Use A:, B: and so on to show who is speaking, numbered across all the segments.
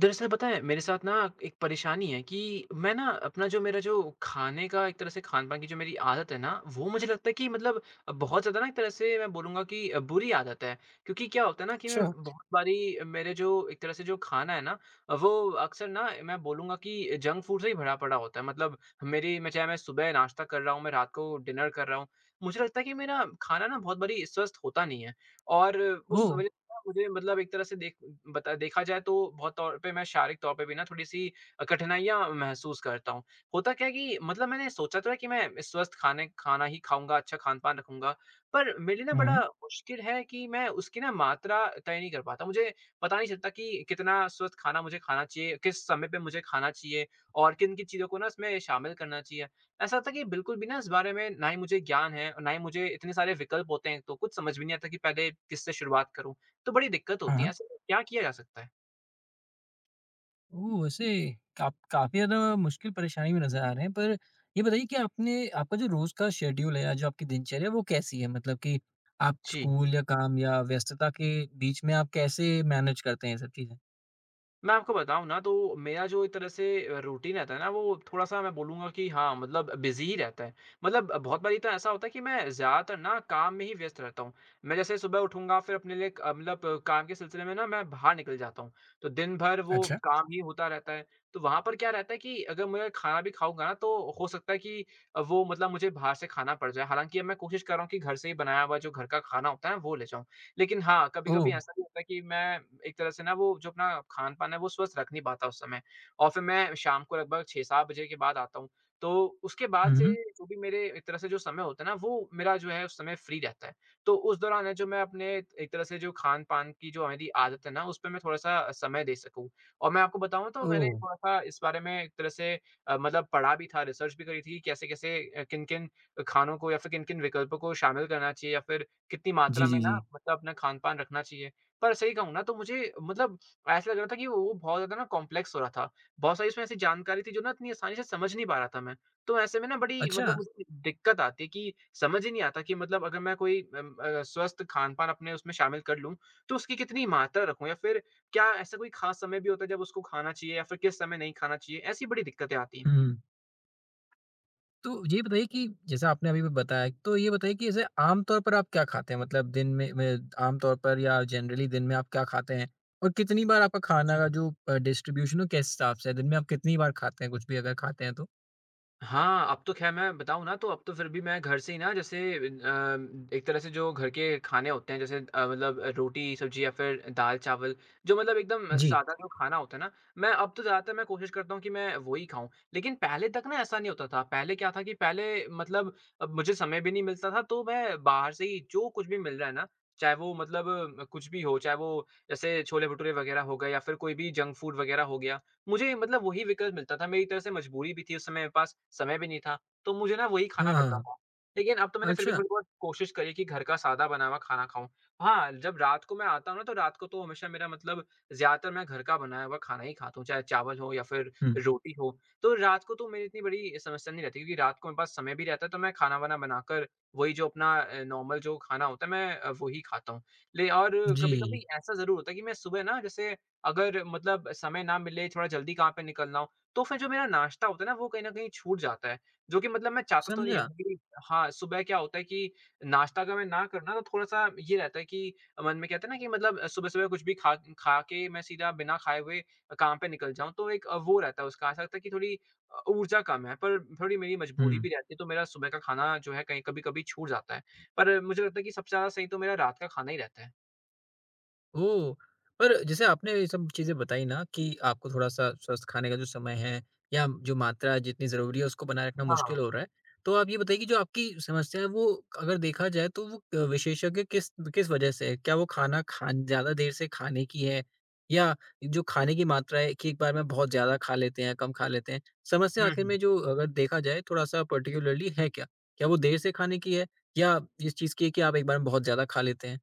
A: दरअसल पता है मेरे साथ ना एक परेशानी है कि मैं ना अपना जो मेरा जो खाने का एक तरह से खान-पान की जो मेरी आदत है ना, वो मुझे लगता है कि मतलब बहुत ज़्यादा ना, एक तरह से मैं बोलूँगा कि बुरी आदत है। क्योंकि क्या होता है ना कि मैं
B: अच्छा।
A: बहुत बारी मेरे जो एक तरह से जो खाना है ना, वो अक्सर ना मैं बोलूँगा कि जंक फूड से ही भरा पड़ा होता है। मतलब मेरी मैं चाहे मैं सुबह नाश्ता कर रहा हूँ, मैं रात को डिनर कर रहा हूँ। मुझे लगता है कि मेरा खाना ना बहुत बारी स्वस्थ होता नहीं है और उस
B: ओह!
A: वजह मुझे मतलब एक तरह से देखा जाए तो बहुत तौर पे मैं शारीरिक तौर पे भी ना थोड़ी-सी कठिनाइयाँ महसूस करता हूँ। होता क्या है कि मतलब मैंने सोचा तो है कि मैं स्वस्थ खाने खाना ही खाऊँगा, अच्छा खान-पान रखूँगा, पर मेरे लिए ना
B: हुँ,
A: बड़ा
B: हुँ।
A: मुश्किल है कि मैं उसकी ना मात्रा तय नहीं कर पाता। मुझे पता नहीं चलता कि कितना स्वस्थ खाना मुझे खाना चाहिए, किस समय पे मुझे खाना चाहिए और किन-किन चीज़ों को ना इसमें शामिल करना चाहिए। ऐसा होता है कि बिल्कुल भी ना इस बारे में ना ही मुझे ज्ञान है और ना ही मुझे इतने सारे विकल्प होते हैं, तो कुछ समझ भी नहीं आता कि पहले किससे शुरुआत करूँ। तो बड़ी दिक्कत
B: हाँ,
A: होती है,
B: हाँ।
A: ऐसे में क्या किया जा सकता है?
B: ओह! वैसे काफ़ी ज़्यादा मुश्किल परेशानी में नज़र आ रहे हैं। पर ये बताइए कि आपने आपका जो रोज़ का शेड्यूल है या जो आपकी दिनचर्या है वो कैसी है? मतलब कि आप
A: जी।
B: स्कूल या काम या व्यस्तता के बीच में आप कैसे मैनेज करते हैं ये सब चीज़ें?
A: मैं आपको बताऊँ ना तो मेरा जो एक तरह से रूटीन रहता है ना, वो थोड़ा-सा मैं बोलूँगा कि हाँ, मतलब बिज़ी ही रहता है। मतलब बहुत बारी तो ऐसा होता है कि मैं ज़्यादातर ना काम में ही व्यस्त रहता हूँ। मैं जैसे सुबह उठूँगा, फिर अपने लिए काम के सिलसिले में ना मैं बाहर निकल जाता हूँ। तो दिन भर वो
B: अच्छा।
A: काम ही होता रहता है। तो वहाँ पर क्या रहता है कि अगर मैं खाना भी खाऊँगा ना, तो हो सकता है कि वो मतलब मुझे बाहर से खाना पड़ जाए। हालाँकि अब मैं कोशिश कर रहा हूँ कि घर से ही बनाया हुआ जो घर का खाना होता है ना, वो ले जाऊँ। लेकिन हाँ, कभी-कभी
B: ओह!
A: ऐसा भी होता है कि मैं एक तरह से ना वो जो अपना खान-पान है, वो स्वस्थ रख नहीं पाता उस समय। और फिर मैं शाम को लगभग 6-7 बजे के बाद आता हूँ। तो उसके बाद
B: हुँ,
A: से
B: हुँ।
A: जो भी मेरे एक तरह से जो समय होता है ना, वो मेरा जो है उस समय फ्री रहता है। तो उस दौरान है जो मैं अपने एक तरह से जो खान-पान की जो मेरी आदत है ना, उस पे मैं थोड़ा-सा समय दे सकूँ। और मैं आपको बताऊँ तो मैंने
B: ओह!
A: थोड़ा-सा इस बारे में एक तरह से पढ़ा भी था, रिसर्च भी करी थी कि कैसे-कैसे किन-किन खानों को या फिर किन-किन विकल्पों को शामिल करना चाहिए या फिर कितनी मात्रा
B: जी,
A: में
B: जी,
A: ना
B: जी।
A: मतलब अपना खान-पान रखना चाहिए। पर सही कहूँ ना, तो मुझे मतलब ऐसा लग रहा था कि वो बहुत ज़्यादा ना कॉम्प्लेक्स हो रहा था। बहुत सारी उसमें ऐसी जानकारी थी जो ना इतनी आसानी से समझ नहीं पा रहा था मैं। तो ऐसे में ना बड़ी
B: अच्छा।
A: मतलब मुझे दिक्कत आती है कि समझ ही नहीं आता कि मतलब अगर मैं कोई स्वस्थ खान-पान अपने उसमें शामिल कर लूँ, तो उसकी कितनी मात्रा रखूँ या फिर क्या ऐसा कोई ख़ास समय भी होता है जब उसको खाना चाहिए या फिर किस समय नहीं खाना चाहिए? ऐसी बड़ी दिक्कतें आती हैं।
B: हुँ। तो ये बताइए कि जैसा आपने अभी भी बताया, तो ये बताइए कि जैसे आम तौर पर आप क्या खाते हैं? मतलब दिन में आम तौर पर या जनरली दिन में आप क्या खाते हैं? और कितनी बार आपका खाना
A: जी।
B: का जो डिस्ट्रीब्यूशन हो किस हिसाब से है? दिन में आप कितनी बार खाते हैं कुछ भी अगर खाते हैं तो?
A: हाँ, अब तो ख़ैर मैं बताऊँ ना, तो अब तो फिर भी मैं घर से ही ना, जैसे एक तरह से जो घर के खाने होते हैं, जैसे रोटी, सब्ज़ी या फिर दाल-चावल, जो मतलब एकदम
B: जी।
A: सादा जो खाना होता है ना, मैं अब तो ज़्यादातर मैं कोशिश करता हूँ कि मैं वो ही खाऊँ। लेकिन पहले तक ना ऐसा नहीं होता था, पहले क्या था कि पहले मतलब अब मुझे समय भी नहीं मिलता था, तो मैं बाहर से ही जो कुछ भी मिल रहा है ना, चाहे वो मतलब कुछ भी हो, चाहे वो जैसे छोले-भटूरे वग़ैरह हो गए या फिर कोई भी जंक फूड वग़ैरह हो गया। मुझे मतलब वही विकल्प मिलता था, मेरी एक तरह से मजबूरी भी थी, उस समय मेरे पास समय भी नहीं था, तो मुझे ना वही
B: हाँ,
A: खाना
B: हाँ,
A: पड़ता
B: हाँ।
A: था। लेकिन अब तो मैंने फिर भी
B: अच्छा।
A: थोड़ी-बहुत कोशिश करी कि घर का सादा बना हुआ खाना खाऊँ। हाँ, जब रात को मैं आता हूँ ना, तो रात को तो हमेशा मेरा मतलब ज़्यादातर मैं घर का बनाया हुआ खाना ही खाता हूँ, चाहे चावल हो या फिर
B: हुँ।
A: रोटी हो। तो रात को तो मेरी इतनी बड़ी समस्या नहीं रहती, क्योंकि रात को मेरे पास समय भी रहता है, तो मैं खाना-वाना बनाकर वही जो अपना नॉर्मल जो खाना होता है, मैं वो ही खाता हूँ। ले और कभी-कभी
B: जी,
A: ऐसा ज़रूर होता है कि मैं सुबह ना, जैसे अगर मतलब समय ना मिले, थोड़ा जल्दी काम पे निकलना हो, तो फिर जो मेरा नाश्ता होता है ना, वो कहीं न कहीं छूट जाता है। जो कि मतलब मैं चाहता तो नहीं
B: समझा।
A: हूँ कि हाँ, सुबह क्या होता है कि नाश्ता अगर मैं ना करूँ ना, तो थोड़ा-सा ये रहता है कि मन में कहते हैं ना कि मतलब सुबह-सुबह कुछ भी खा खा के मैं सीधा बिना खाए हुए काम पे निकल जाऊँ, तो एक वो रहता है, उसका ऐसा लगता है कि थोड़ी ऊर्जा कम है, पर थोड़ी मेरी मजबूरी
B: हुँ।
A: भी रहती है, तो मेरा सुबह का खाना जो है कहीं कभी-कभी छूट जाता है। पर मुझे लगता है कि सबसे ज़्यादा सही तो मेरा रात का खाना ही रहता है।
B: ओह! पर जैसे आपने ये सब चीज़ें बताई ना कि आपको थोड़ा-सा स्वस्थ खाने का जो समय है या जो मात्रा जितनी ज़रूरी है उसको बनाए रखना
A: हाँ।
B: मुश्किल हो रहा है। तो आप ये बताइए कि जो आपकी समस्या है वो अगर देखा जाए तो वो विशेषज्ञ किस किस वजह से है? क्या वो खाना खान ज़्यादा देर से खाने की है या जो खाने की मात्रा है कि एक बार में बहुत ज़्यादा खा लेते हैं, कम खा लेते हैं? समस्या
A: हुँ,
B: आखिर
A: हुँ।
B: में जो अगर देखा जाए थोड़ा-सा पर्टिकुलरली है क्या? क्या वो देर से खाने की है या इस चीज़ की है कि आप एक बार में बहुत ज़्यादा खा लेते हैं?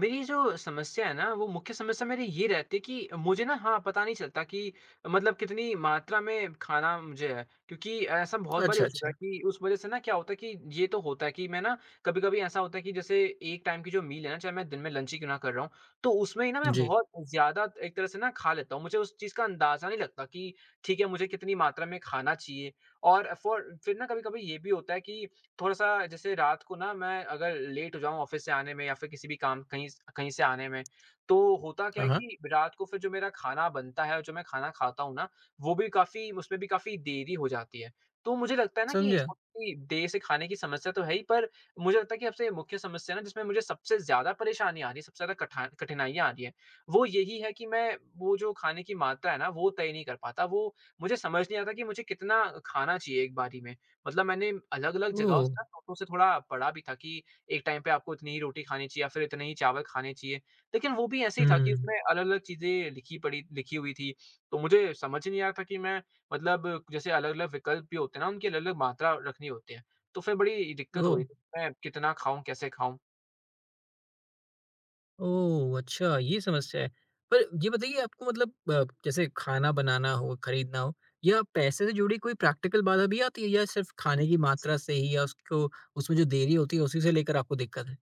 A: मेरी जो समस्या है ना, वो मुख्य समस्या मेरी ये रहती है कि मुझे ना हाँ, पता नहीं चलता कि मतलब कितनी मात्रा में खाना मुझे है। क्योंकि ऐसा बहुत बारी
B: अच्छा,
A: हो चुका है
B: अच्छा।
A: कि उस वज़ह से ना क्या होता है कि ये तो होता है कि मैं ना कभी-कभी ऐसा होता है कि जैसे एक टाइम की जो मील है ना, चाहे मैं दिन में लंच ही क्यों ना कर रहा हूँ, तो उसमें ही ना मैं
B: जी।
A: बहुत ज़्यादा एक तरह से ना खा लेता हूँ। मुझे उस चीज़ का अंदाज़ा नहीं लगता कि ठीक है, मुझे कितनी मात्रा में खाना चाहिए। और फॉर फिर ना कभी-कभी ये भी होता है कि थोड़ा-सा जैसे रात को ना मैं अगर लेट हो जाऊँ ऑफ़िस से आने में या फिर किसी भी काम कहीं से आने में, तो होता क्या
B: हाँ,
A: है
B: हाँ,
A: कि रात को फिर जो मेरा खाना बनता है और जो मैं खाना खाता हूँ ना, वो भी काफ़ी उसमें भी काफ़ी देरी हो जाती है। तो मुझे लगता है ना कि
B: समझा।
A: देर से खाने की समस्या तो है ही, पर मुझे लगता है कि सबसे मुख्य समस्या ना जिसमें मुझे सबसे ज़्यादा परेशानी आ रही है, सबसे ज़्यादा कठा कठिनाइयाँ आ रही हैं, वो यही है कि मैं वो जो खाने की मात्रा है ना, वो तय नहीं कर पाता। वो मुझे समझ नहीं आता कि मुझे कितना खाना चाहिए एक बारी में। मतलब मैंने अलग-अलग जगहों
B: ओह!
A: से ना, लोगों से थोड़ा पढ़ा भी था कि एक टाइम पे आपको इतनी ही रोटी खानी चाहिए या फिर इतने ही चावल खाने चाहिए। लेकिन वो भी ऐसे ही था कि
B: हुँ।
A: उसमें अलग-अलग चीज़ें लिखी हुई थी। तो मुझे समझ ही नहीं आ रहा था कि मैं मतलब जैसे अलग-अलग विकल्प भी होते हैं ना, उनकी अलग-अलग मात्रा रखनी होती है। तो फिर बड़ी दिक्कत हो
B: ओह!
A: रही थी, मैं कितना खाऊँ, कैसे खाऊँ?
B: ओह! अच्छा, ये समस्या है। पर ये बताइए आपको मतलब जैसे खाना बनाना हो, खरीदना हो या पैसे से जुड़ी कोई प्रैक्टिकल बाधा भी आती है या सिर्फ़ खाने की मात्रा से ही या उसको उसमें जो देरी होती है उसी से लेकर आपको दिक्कत है?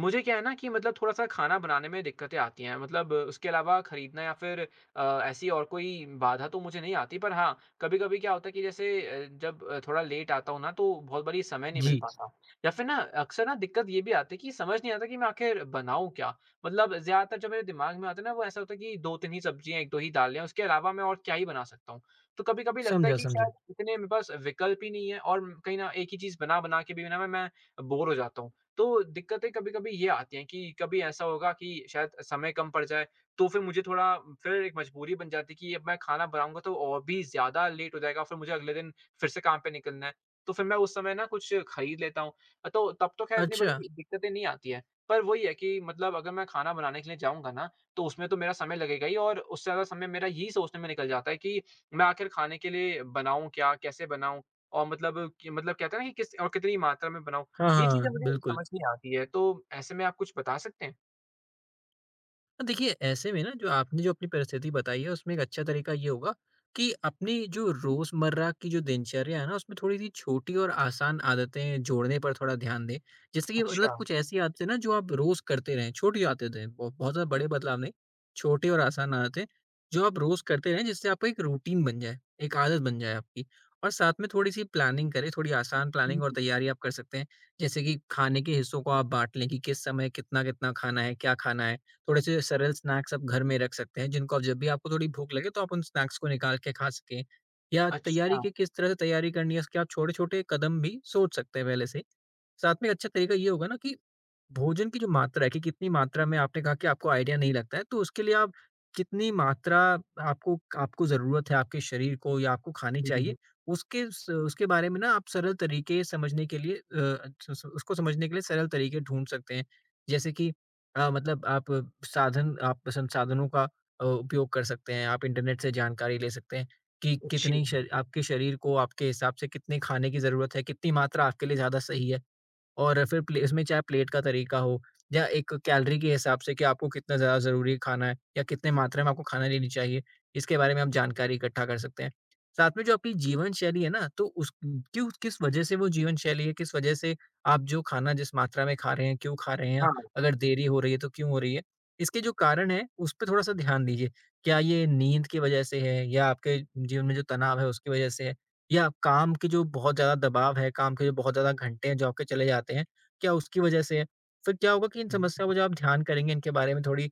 A: मुझे क्या है ना कि मतलब थोड़ा-सा खाना बनाने में दिक्कतें आती हैं। मतलब उसके अलावा खरीदना या फिर ऐसी और कोई बाधा तो मुझे नहीं आती। पर हाँ, कभी-कभी क्या होता है कि जैसे जब थोड़ा लेट आता हूँ ना, तो बहुत बारी समय नहीं मिल
B: जी,
A: पाता। या फिर ना अक्सर ना दिक्कत ये भी आती है कि समझ नहीं आता कि मैं आखिर बनाऊँ क्या? मतलब ज़्यादातर जो मेरे दिमाग में आता है ना, वो ऐसा होता है कि 2-3 ही सब्जियाँ, 1-2 ही दालें हैं, उसके अलावा मैं और क्या ही बना सकता हूँ। तो कभी-कभी लगता है
B: समझा,
A: कि
B: समझा।
A: शायद इतने मेरे पास विकल्प ही नहीं है और कहीं न एक ही चीज़ बना-बना के भी ना मैं बोर हो जाता हूँ। तो दिक्कतें कभी-कभी ये आती हैं कि कभी ऐसा होगा कि शायद समय कम पड़ जाए, तो फिर मुझे थोड़ा फिर एक मजबूरी बन जाती है कि अब मैं खाना बनाऊँगा तो और भी ज़्यादा लेट हो जाएगा, फिर मुझे अगले दिन फिर से काम पे निकलना है। तो फिर मैं उस समय ना कुछ खरीद लेता हूँ। तो तब तो खैर इतनी
B: अच्छा।
A: बड़ी दिक्कतें नहीं आती हैं। पर वही है कि मतलब अगर मैं खाना बनाने के लिए जाऊँगा ना, तो उसमें तो मेरा समय लगेगा ही और उससे ज़्यादा समय मेरा यही सोचने में निकल जाता है कि मैं आखिर खाने के लिए बनाऊँ क्या? कैसे बनाऊँ? और मतलब कि मतलब कहते हैं ना कि किस और कितनी मात्रा में बनाऊँ?
B: हाँ,
A: ये
B: हाँ,
A: चीज़ें मुझे
B: बिल्कुल।
A: समझ नहीं आती है, तो ऐसे में आप कुछ बता सकते हैं?
B: हाँ, देखिए ऐसे में ना जो आपने जो अपनी परिस्थिति बताई है उसमें एक अच्छा तरीका ये होगा कि अपनी जो रोजमर्रा की जो दिनचर्या है ना उसमें थोड़ी सी छोटी और आसान आदतें जोड़ने पर थोड़ा ध्यान दें। जैसे कि मतलब
A: अच्छा।
B: कुछ ऐसी आदतें ना जो आप रोज करते रहें, छोटी आदतें, बहुत ज्यादा बड़े बदलाव नहीं, छोटी और आसान आदतें जो आप रोज करते रहें जिससे आपका एक रूटीन बन जाए, एक आदत बन जाए आपकी। और साथ में थोड़ी सी प्लानिंग करें, थोड़ी आसान प्लानिंग और
A: हुँ।
B: तैयारी आप कर सकते हैं। जैसे कि खाने के हिस्सों को आप बांट लें कि किस समय कितना कितना खाना है, क्या खाना है। थोड़े-से सरल स्नैक्स आप घर में रख सकते हैं, जिनको आप जब भी आपको थोड़ी भूख लगे तो आप उन स्नैक्स को निकाल के खा सकें। या तैयारी
A: अच्छा।
B: की किस तरह से तैयारी करनी है, इसके आप छोटे-छोटे कदम भी सोच सकते हैं पहले से ही। साथ में एक अच्छा तरीका ये होगा ना कि भोजन की जो मात्रा है कि कितनी मात्रा में, आपने कहा कि आपको आइडिया नहीं लगता है, तो उसके लिए आप कितनी मात्रा आपको आपको ज़रूरत है, आपके शरीर को या आपको खानी
A: हुँ, हुँ,
B: चाहिए,
A: हुँ।
B: उसके बारे में ना आप सरल तरीके समझने के लिए, अ, स स उसको समझने के लिए सरल तरीके ढूँढ सकते हैं। जैसे कि मतलब आप साधन आप संसाधनों का उपयोग कर सकते हैं, आप इंटरनेट से जानकारी ले सकते हैं कि
A: जी,
B: कितनी श आपके शरीर को आपके हिसाब से कितने खाने की ज़रूरत है, कितनी मात्रा आपके लिए ज़्यादा सही है। और फिर प्ले इसमें चाहे प्लेट का तरीका हो या एक कैलोरी के हिसाब से कि आपको कितना ज़्यादा ज़रूरी खाना है या कितने मात्रा में आपको खाना लेनी चाहिए, इसके बारे में आप जानकारी इकट्ठा कर सकते हैं। साथ में जो आपकी जीवन शैली है ना, तो उस क्यों किस वजह से वो जीवन शैली है, किस वजह से आप जो खाना जिस मात्रा में खा रहे हैं, क्यों खा रहे हैं,
A: हाँ।
B: अगर देरी हो रही है तो क्यों हो रही है? इसके जो कारण हैं, उस पे थोड़ा-सा ध्यान दीजिए। क्या ये नींद की वजह से है या आपके जीवन में जो तनाव है उसकी वजह से है? या काम के जो बहुत ज़्यादा दबाव है, काम के जो बहुत ज़्यादा घंटे हैं जो आपके चले जाते हैं, क्या उसकी वजह से है? फिर क्या होगा कि इन
A: हम्म,
B: समस्याओं पे जब आप ध्यान करेंगे, इनके बारे में थोड़ी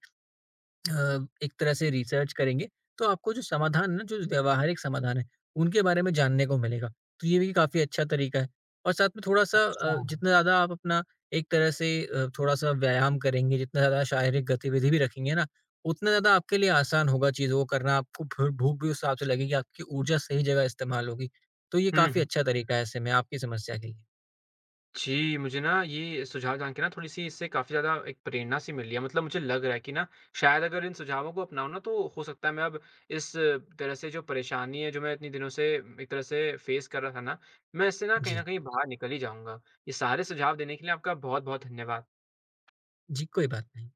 B: एक तरह से रिसर्च करेंगे, तो आपको जो समाधान है ना, जो व्यावहारिक समाधान है, उनके बारे में जानने को मिलेगा। तो ये भी काफ़ी अच्छा तरीका है। और साथ में थोड़ा-सा,
A: अच्छा।
B: जितना ज़्यादा आप अपना एक तरह से थोड़ा-सा व्यायाम करेंगे, जितना ज़्यादा शारीरिक गतिविधि भी रखेंगे ना, उतना ज़्यादा आपके लिए आसान होगा चीज़ों को करना। आपको भू भूख भी उस हिसाब से लगेगी, आपकी ऊर्जा सही जगह इस्तेमाल होगी। तो ये
A: हुँ,
B: काफ़ी
A: हुँ।
B: अच्छा तरीका है ऐसे में आपकी समस्या के लिए।
A: जी, मुझे ना ये सुझाव जान के ना थोड़ी-सी इससे काफ़ी ज़्यादा एक प्रेरणा सी मिली है। मतलब मुझे लग रहा है कि ना शायद अगर इन सुझावों को अपनाऊँ ना तो हो सकता है मैं अब इस तरह से जो परेशानी है, जो मैं इतने दिनों से एक तरह से फेस कर रहा था ना, मैं इससे ना कहीं न
B: जी।
A: कहीं बाहर निकल ही जाऊँगा। ये सारे सुझाव देने के लिए आपका बहुत-बहुत धन्यवाद।
B: जी, कोई बात नहीं।